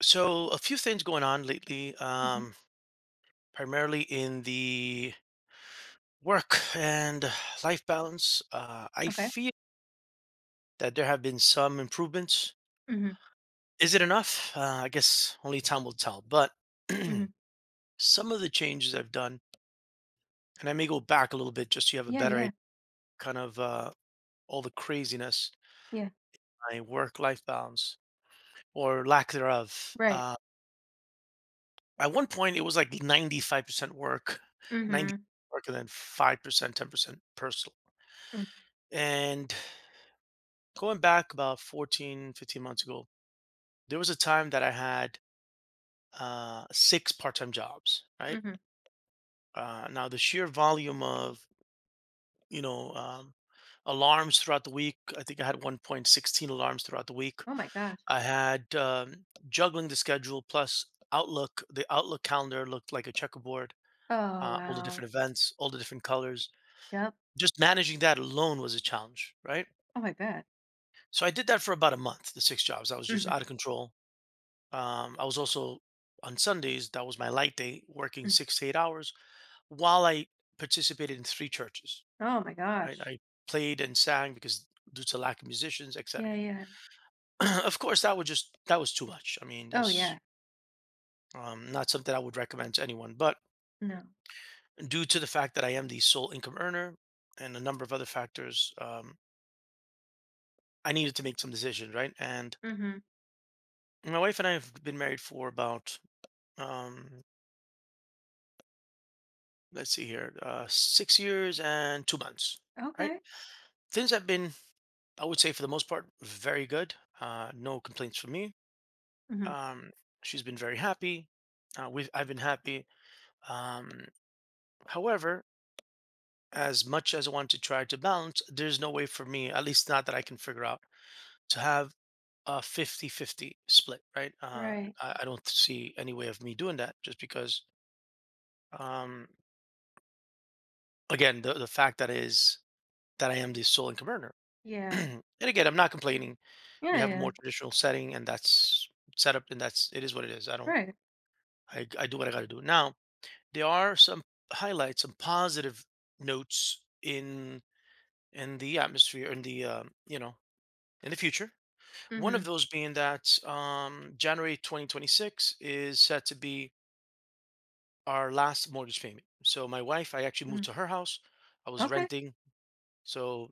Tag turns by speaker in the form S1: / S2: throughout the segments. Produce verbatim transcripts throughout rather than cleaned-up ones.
S1: So a few things going on lately,
S2: Mhm.
S1: um, primarily in the work and life balance. Uh, I
S2: Okay.
S1: feel that there have been some improvements.
S2: Mhm.
S1: Is it enough? Uh, I guess only time will tell. But
S2: Mhm.
S1: some of the changes I've done, and I may go back a little bit just so you have a
S2: Yeah,
S1: better
S2: yeah.
S1: idea, kind of uh, all the craziness,
S2: Yeah.
S1: my work-life balance or lack thereof.
S2: Right.
S1: Uh, at one point, it was like ninety-five percent work, 90
S2: Mhm.
S1: percent work, and then five percent, ten percent personal.
S2: Mhm.
S1: And going back about fourteen, fifteen months ago, there was a time that I had uh, six part-time jobs, right?
S2: Mhm.
S1: Uh, now the sheer volume of, you know, um, alarms throughout the week, I think I had one point one six alarms throughout the week.
S2: Oh my gosh.
S1: I had um, juggling the schedule plus Outlook, the Outlook calendar looked like a checkerboard,
S2: Oh
S1: uh, all the
S2: wow.
S1: different events, all the different colors.
S2: Yep.
S1: Just managing that alone was a challenge, right?
S2: Oh my god.
S1: So I did that for about a month, the six jobs. I was just
S2: Mhm.
S1: out of control. Um, I was also on Sundays, that was my light day, working
S2: Mhm.
S1: six to eight hours while I participated in three churches,
S2: Oh my
S1: right?
S2: gosh.
S1: I played and sang because due to lack of musicians, et cetera
S2: Yeah, yeah.
S1: Of course, that would just, that was too much. I mean,
S2: Oh
S1: that's
S2: yeah.
S1: um, not something I would recommend to anyone. But
S2: No.
S1: due to the fact that I am the sole income earner and a number of other factors, um, I needed to make some decisions, right? And
S2: Mhm.
S1: my wife and I have been married for about, um, let's see here, uh, six years and two months, right?
S2: Okay.
S1: Things have been, I would say, for the most part, very good. Uh, no complaints from me.
S2: Mhm.
S1: Um, she's been very happy. Uh, we've, I've been happy. Um, However, as much as I want to try to balance, there's no way for me, at least not that I can figure out, to have a fifty-fifty split, right? Uh,
S2: Right.
S1: I, I don't see any way of me doing that just because, um, again, the, the fact that is that I am the sole income earner.
S2: Yeah.
S1: And again, I'm not complaining. We
S2: Yeah,
S1: have a
S2: yeah.
S1: more traditional setting, and that's set up, and that's it is what it is. I don't.
S2: Right.
S1: I I do what I got to do. Now there are some highlights, some positive notes in in the atmosphere, in the um, you know, in the future. One of
S2: Mhm.
S1: those being that um, January twenty twenty-six is set to be our last mortgage payment. So my wife, I actually
S2: Mhm.
S1: moved to her house. I was
S2: Okay.
S1: renting, so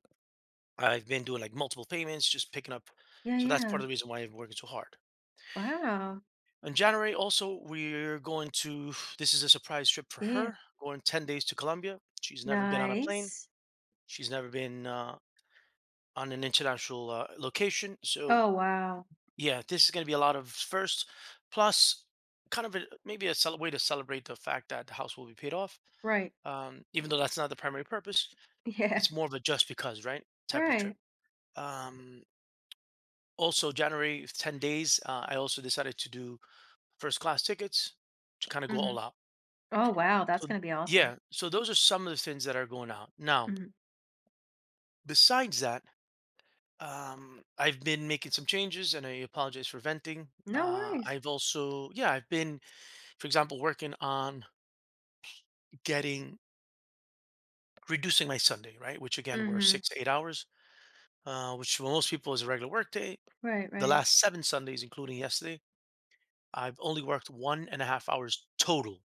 S1: I've been doing like multiple payments, just picking up.
S2: Yeah,
S1: So that's part
S2: yeah.
S1: of the reason why I'm working so hard.
S2: Wow.
S1: In January, also, we're going to, this is a surprise trip for
S2: Yeah.
S1: her, going ten days to Colombia. She's never been on a plane,
S2: Nice.
S1: she's never been uh, on an international uh, location. So,
S2: Oh wow.
S1: yeah, this is going to be a lot of first, plus kind of a, maybe a cel- way to celebrate the fact that the house will be paid off.
S2: Right.
S1: Um, even though that's not the primary purpose,
S2: Yeah.
S1: it's more of a just because, right? Type of trip.
S2: Right.
S1: Um, Also, January, ten days, uh, I also decided to do first class tickets to kind of go
S2: Mhm.
S1: all out.
S2: Oh wow, that's
S1: So th-
S2: going to be awesome.
S1: yeah, so those are some of the things that are going out. Now,
S2: Mhm.
S1: besides that, um, I've been making some changes, and I apologize for venting.
S2: No
S1: Uh,
S2: worries.
S1: I've also, yeah, I've been, for example, working on getting reducing my Sunday, right? Which again were
S2: Mhm.
S1: six to eight hours, uh, which for most people is a regular work day.
S2: Right,
S1: The
S2: right.
S1: last seven Sundays, including yesterday, I've only worked one and a half hours total.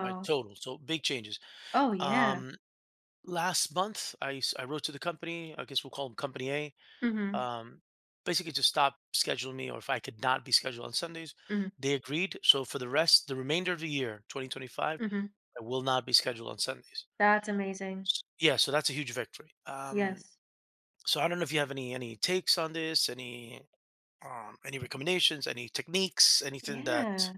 S1: All right, total. So big changes.
S2: Oh, yeah.
S1: Um, Last month, I s- I wrote to the company. I guess we'll call them Company A,
S2: Mhm.
S1: um, basically to stop scheduling me or if I could not be scheduled on Sundays.
S2: Mhm.
S1: They agreed. So for the rest, the remainder of the year, twenty twenty-five,
S2: Mhm.
S1: I will not be scheduled on Sundays.
S2: That's amazing.
S1: S- Yeah, so that's a huge victory. Um,
S2: Yes.
S1: so I don't know if you have any any takes on this, any um, any recommendations, any techniques, anything that
S2: Yeah.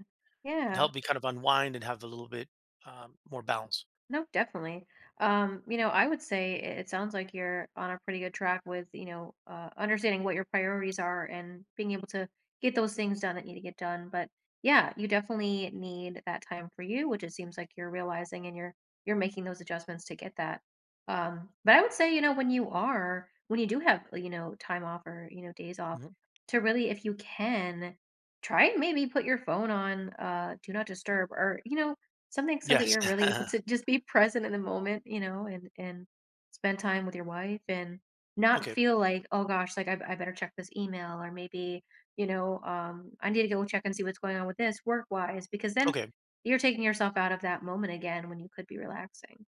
S1: can
S2: Yeah.
S1: help me kind of unwind and have a little bit um, more balance.
S2: No, definitely. Um, you know, I would say it it sounds like you're on a pretty good track with, you know, uh, understanding what your priorities are and being able to get those things done that need to get done. But yeah, you definitely need that time for you, which it seems like you're realizing and you're you're making those adjustments to get that. Um, but I would say, you know, when you are, when you do have, you know, time off or, you know, days off,
S1: Mhm.
S2: to really, if you can, try and maybe put your phone on uh do not disturb or, you know, something so that
S1: Yes.
S2: you're really able to just be present in the moment, you know, and and spend time with your wife and not
S1: Okay.
S2: feel like, oh gosh, like I, I better check this email or maybe, you know, um, I need to go check and see what's going on with this work wise, because then
S1: Okay.
S2: you're taking yourself out of that moment again when you could be relaxing.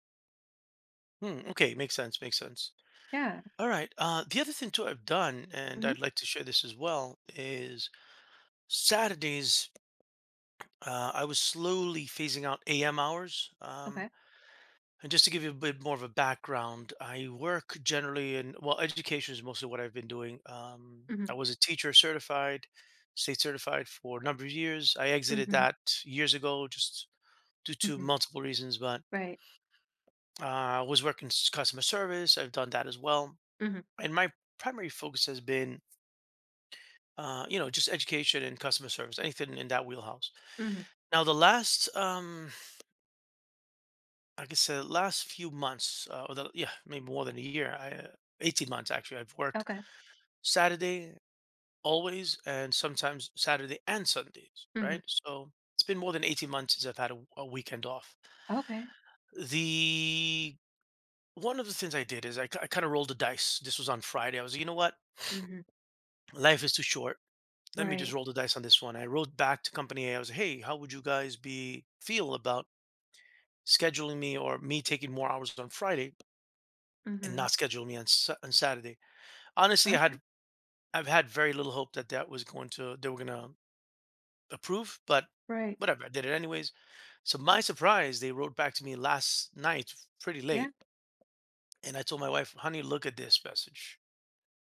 S1: Hmm, okay. Makes sense. Makes sense.
S2: Yeah.
S1: All right. Uh, the other thing too I've done, and
S2: Hmm.
S1: I'd like to share this as well, is Saturdays. Uh, I was slowly phasing out A M hours. Um,
S2: Okay.
S1: and just to give you a bit more of a background, I work generally in well, education is mostly what I've been doing. Um,
S2: Hmm.
S1: I was a teacher certified, state certified for a number of years. I exited
S2: Hmm.
S1: that years ago, just due to
S2: Hmm.
S1: multiple reasons. But
S2: Right.
S1: uh, I was working s- customer service. I've done that as well,
S2: Hmm.
S1: and my primary focus has been uh, you know, just education and customer service, anything in that wheelhouse.
S2: Hmm.
S1: Now, the last, um, like I said, last few months, uh, or the, yeah, maybe more than a year, I, uh, eighteen months actually, I've worked
S2: Okay.
S1: Saturday always and sometimes Saturday and Sundays,
S2: Hmm.
S1: right? So it's been more than eighteen months since I've had a, a weekend off.
S2: Okay.
S1: The one of the things I did is I, kind of rolled the dice. This was on Friday. I was, like, you know what?
S2: Hmm.
S1: Life is too short, let me just
S2: Right.
S1: roll the dice on this one. I wrote back to Company A. I was, like, hey, how would you guys be feel about scheduling me or me taking more hours on Friday and
S2: Hmm.
S1: not scheduling me on Sa- on Saturday. Honestly, I
S2: Okay.
S1: had I've had very little hope that that was going to, they were going to approve, but
S2: Right.
S1: whatever, I did it anyways. So my surprise, they wrote back to me last night pretty
S2: Yeah.
S1: late, and I told my wife, "Honey, look at this message."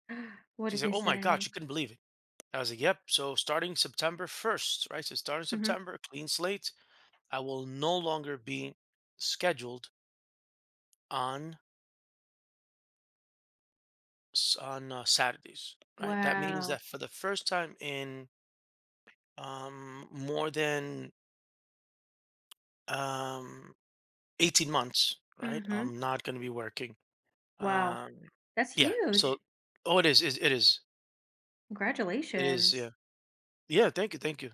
S2: What
S1: She
S2: did they
S1: said, "Oh my God,"
S2: say?
S1: she couldn't believe it. I was like, "Yep." So starting September first, right? So starting
S2: Hmm.
S1: September, clean slate. I will no longer be scheduled on s- on uh, Saturdays, right? That — okay — means
S2: Wow.
S1: that for the first time in um, more than um, eighteen months, right?
S2: Mhm.
S1: I'm not going to be working.
S2: Wow.
S1: Um,
S2: That's
S1: yeah.
S2: huge.
S1: So, oh, it is, is. It is. It is.
S2: Congratulations.
S1: Yeah. Yeah. Thank you. Thank you.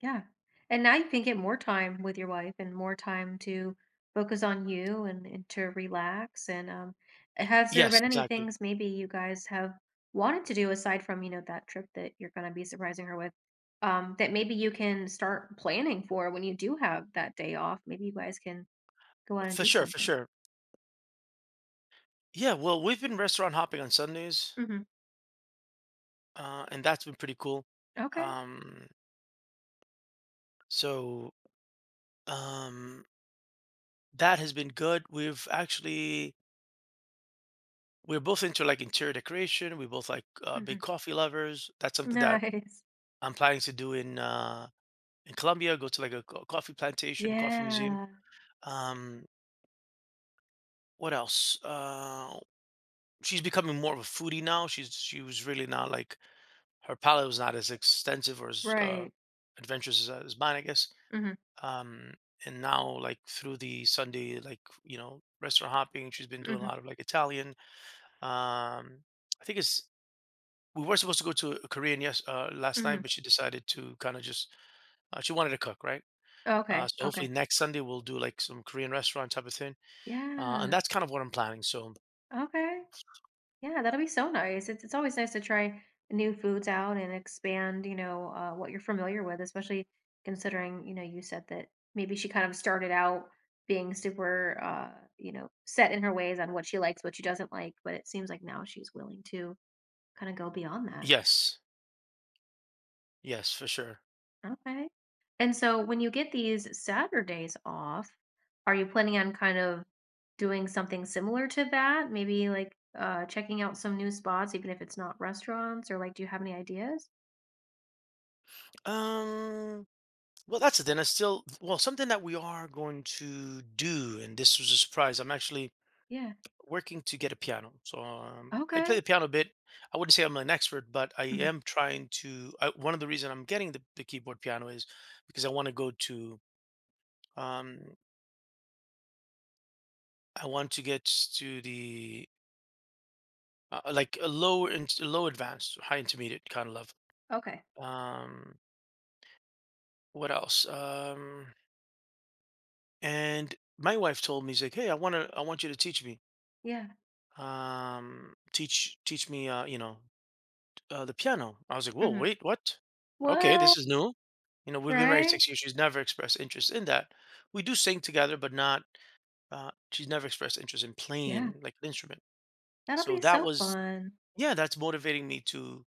S2: Yeah. And now you can get more time with your wife and more time to focus on you and, and to relax. And um, has there
S1: Yes,
S2: been any
S1: exactly.
S2: things maybe you guys have wanted to do aside from, you know, that trip that you're going to be surprising her with? Um, that maybe you can start planning for when you do have that day off. Maybe you guys can go out and
S1: For
S2: do
S1: sure. For
S2: something.
S1: sure. Yeah. Well, we've been restaurant hopping on Sundays,
S2: Hmm.
S1: uh, and that's been pretty cool.
S2: Okay.
S1: Um, so um, that has been good. We've actually we're both into like interior decoration. We both like uh, big
S2: Hmm.
S1: coffee lovers. That's something that
S2: Nice.
S1: I'm planning to do in uh, in Colombia. Go to like a co- coffee plantation, coffee museum.
S2: Yeah.
S1: Um, what else? Uh, she's becoming more of a foodie now. She's she was really not like her palate was not as extensive or as uh,
S2: Right.
S1: adventurous as, uh, as mine, I guess.
S2: Mhm,
S1: Um, and now like through the Sunday like you know restaurant hopping, she's been doing a
S2: mhm,
S1: lot of like Italian. Um, I think it's we were supposed to go to Korean yes uh, last
S2: mhm.
S1: night, but she decided to kind of just uh, she wanted to cook, right? Uh,
S2: Okay,
S1: so
S2: okay.
S1: hopefully next Sunday we'll do like some Korean restaurant type of thing, uh, and
S2: Yeah,
S1: that's kind of what I'm planning. So
S2: okay. Yeah, that'll be so nice. It's it's always nice to try new foods out and expand, you know, uh, what you're familiar with, especially considering, you know, you said that maybe she kind of started out being super, uh, you know, set in her ways on what she likes, what she doesn't like, but it seems like now she's willing to kind of go beyond that.
S1: yes, yes for sure.
S2: Okay. And so when you get these Saturdays off, are you planning on kind of doing something similar to that? Maybe like uh checking out some new spots, even if it's not restaurants, or like do you have any ideas?
S1: Um, well that's it. Then it's still well something that we are going to do, and this was a surprise. I'm actually
S2: Yeah.
S1: working to get a piano, so um, I play
S2: Okay.
S1: the piano a bit. I wouldn't say I'm an expert, but I
S2: Hmm.
S1: am trying to. I, one of the reason I'm getting the, the keyboard piano is because I want to go to um, I want to get to the uh, uh, like a low and low advanced, high intermediate kind of level.
S2: Okay.
S1: Um, what else? Um, and my wife told me, she's like, "Hey, I want to, I want you to teach me,
S2: Yeah.
S1: um, teach, teach me, uh, you know, uh, the piano." I was like, "Whoa,
S2: Hmm.
S1: wait, what? Okay, this
S2: What?
S1: is new." You know, we've been married
S2: Right?
S1: six years. She's never expressed interest in that. We do sing together, but not. Uh, she's never expressed interest in
S2: Yeah.
S1: playing like an instrument.
S2: That'll
S1: So
S2: be
S1: that
S2: so
S1: was,
S2: fun.
S1: yeah, that's motivating me to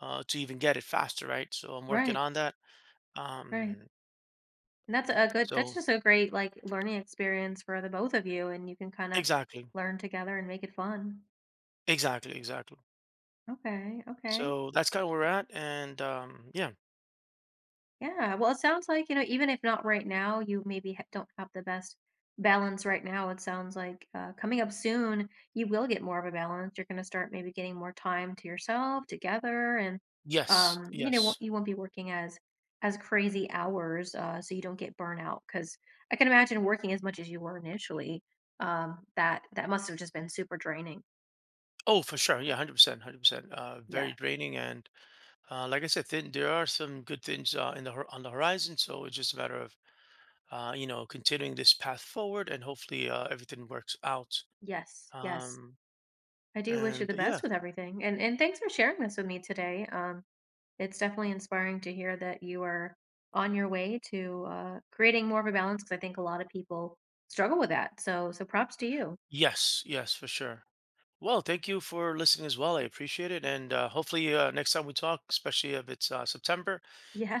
S1: uh, to even get it faster, right? So I'm working
S2: Right.
S1: on that.
S2: Right.
S1: Um,
S2: And that's a good, that's
S1: so
S2: just a great like learning experience for the both of you, and you can kind of
S1: exactly,
S2: learn together and make it fun.
S1: exactly, exactly.
S2: Okay. Okay.
S1: So that's kind of where we're at, and um, yeah,
S2: Yeah, well, it sounds like, you know, even if not right now, you maybe ha don't have the best balance right now. It sounds like uh, coming up soon, you will get more of a balance. You're going to start maybe getting more time to yourself, together, and
S1: yes,
S2: um, you know, won't,
S1: yes.
S2: you won't be working as as crazy hours, uh, so you don't get burnout. Because I can imagine working as much as you were initially. Um, that that must have just been super draining.
S1: Oh, for sure, yeah, hundred percent, hundred percent. Uh,
S2: Yeah.
S1: very draining, and uh, like I said, thin, there are some good things uh, in the hor- on the horizon. So it's just a matter of uh, you know continuing this path forward, and hopefully uh, everything works out.
S2: Yes. Yes.
S1: Um,
S2: I do wish you
S1: and
S2: the
S1: yeah,
S2: best with everything, and and thanks for sharing this with me today. Um, it's definitely inspiring to hear that you are on your way to uh, creating more of a balance because I think a lot of people struggle with that. So, so props to you.
S1: yes, yes, for sure. Well, thank you for listening as well. I appreciate it. And uh, hopefully, uh, next time we talk, especially if it's uh, September,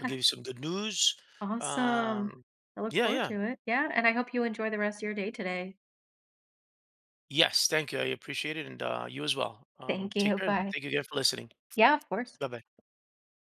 S1: I'll give you some good news.
S2: awesome.
S1: Um,
S2: I look
S1: yeah,
S2: forward
S1: yeah.
S2: to it. Yeah, and I hope you enjoy the rest of your day today.
S1: Yes, thank you. I appreciate it. And uh, you as well. Um,
S2: Thank
S1: take
S2: you.
S1: care and
S2: Bye.
S1: thank you again for listening.
S2: Yeah, of course.
S1: Bye bye.